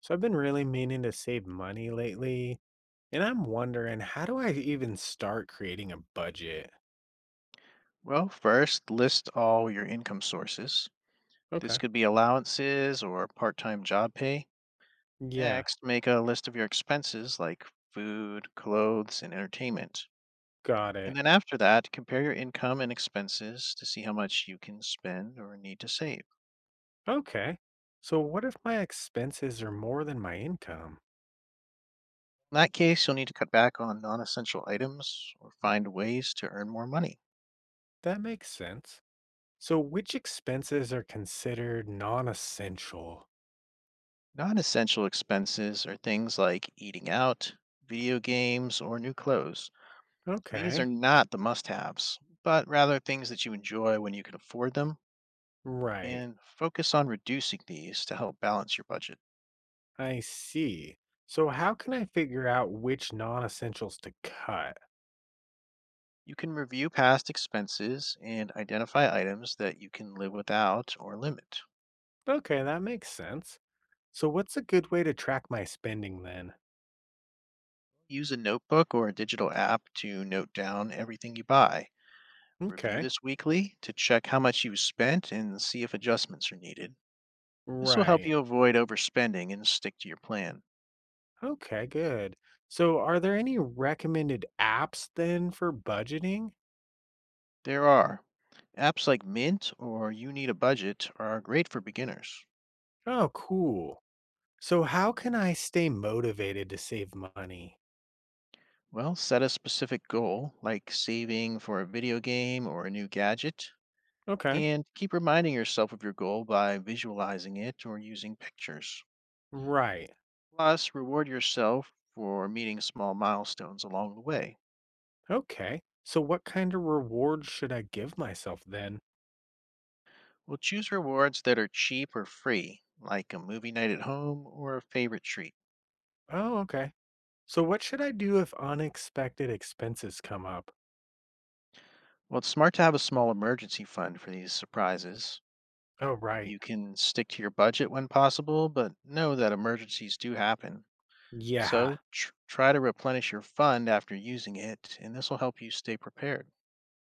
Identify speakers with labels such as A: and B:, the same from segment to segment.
A: So I've been really meaning to save money lately, and I'm wondering, how do I even start creating a budget?
B: Well, first, list all your income sources. This
A: Okay.
B: could be allowances or part time job pay.
A: Yeah,
B: Next, make a list of your expenses like food, clothes, and entertainment.
A: got
B: And
A: it.
B: then after that, compare your income and expenses to see how much you can spend or need to save.
A: Okay. So what if my expenses are more than my income?
B: In that case, you'll need to cut back on non essential items or find ways to earn more money.
A: That makes sense. So which expenses are considered non-essential?
B: Non essential expenses are things like eating out, video games, or new clothes. These are
A: Okay.
B: not the must haves, but rather things that you enjoy when you can afford them,
A: Right.
B: and focus on reducing these to help balance your budget.
A: I see. So how can I figure out which non-essentials to cut?
B: You can review past expenses and identify items that you can live without or limit.
A: Okay, that makes sense. So what's a good way to track my spending then?
B: Use a notebook or a digital app to note down everything you buy. Review
A: Okay.
B: this weekly to check how much you spent and see if adjustments are needed. This will help
A: Right.
B: you avoid overspending and stick to your plan.
A: Okay, good. So, are there any recommended apps then for budgeting?
B: There are apps like Mint or You Need a Budget are great for beginners.
A: Oh, cool. So, how can I stay motivated to save money?
B: Well, set a specific goal, like saving for a video game or a new gadget,
A: Okay.
B: and keep reminding yourself of your goal by visualizing it or using pictures.
A: Right.
B: Plus, reward yourself for meeting small milestones along the way.
A: Okay. So, what kind of reward should I give myself then?
B: Well, choose rewards that are cheap or free, like a movie night at home or a favorite treat.
A: Oh, okay. So, what should I do if unexpected expenses come up?
B: Well, it's smart to have a small emergency fund for these surprises.
A: Oh, right.
B: You can stick to your budget when possible, but know that emergencies do happen.
A: Yeah.
B: So try to replenish your fund after using it, and this will help you stay prepared.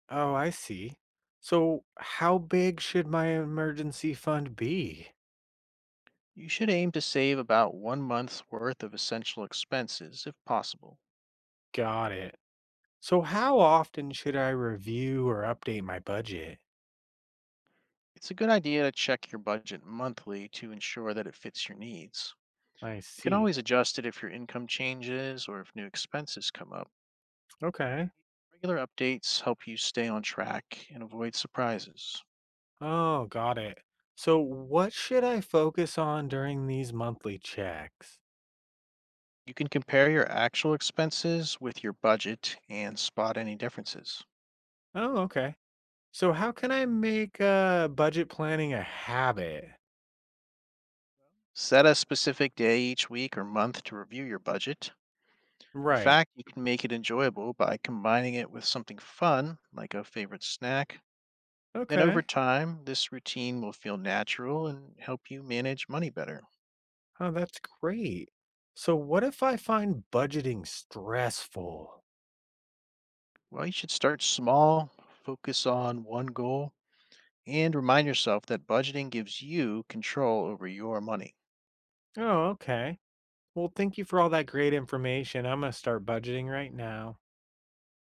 A: Oh, I see. So, how big should my emergency fund be?
B: You should aim to save about one month's worth of essential expenses if possible.
A: Got it. So how often should I review or update my budget?
B: It's a good idea to check your budget monthly to ensure that it fits your needs.
A: I
B: You can
A: see.
B: always adjust it if your income changes or if new expenses come up.
A: Okay.
B: Regular updates help you stay on track and avoid surprises.
A: Oh, got it. So what should I focus on during these monthly checks?
B: You can compare your actual expenses with your budget and spot any differences.
A: Oh, okay. So how can I make budget planning a habit?
B: Set a specific day each week or month to review your budget. In
A: Right.
B: fact, you can make it enjoyable by combining it with something fun, like a favorite snack. Then over
A: Okay.
B: time, this routine will feel natural and help you manage money better.
A: Oh, that's great. So what if I find budgeting stressful?
B: Well, you should start small, focus on one goal, and remind yourself that budgeting gives you control over your money.
A: Oh, okay. Well, thank you for all that great information. I'm going to start budgeting right now.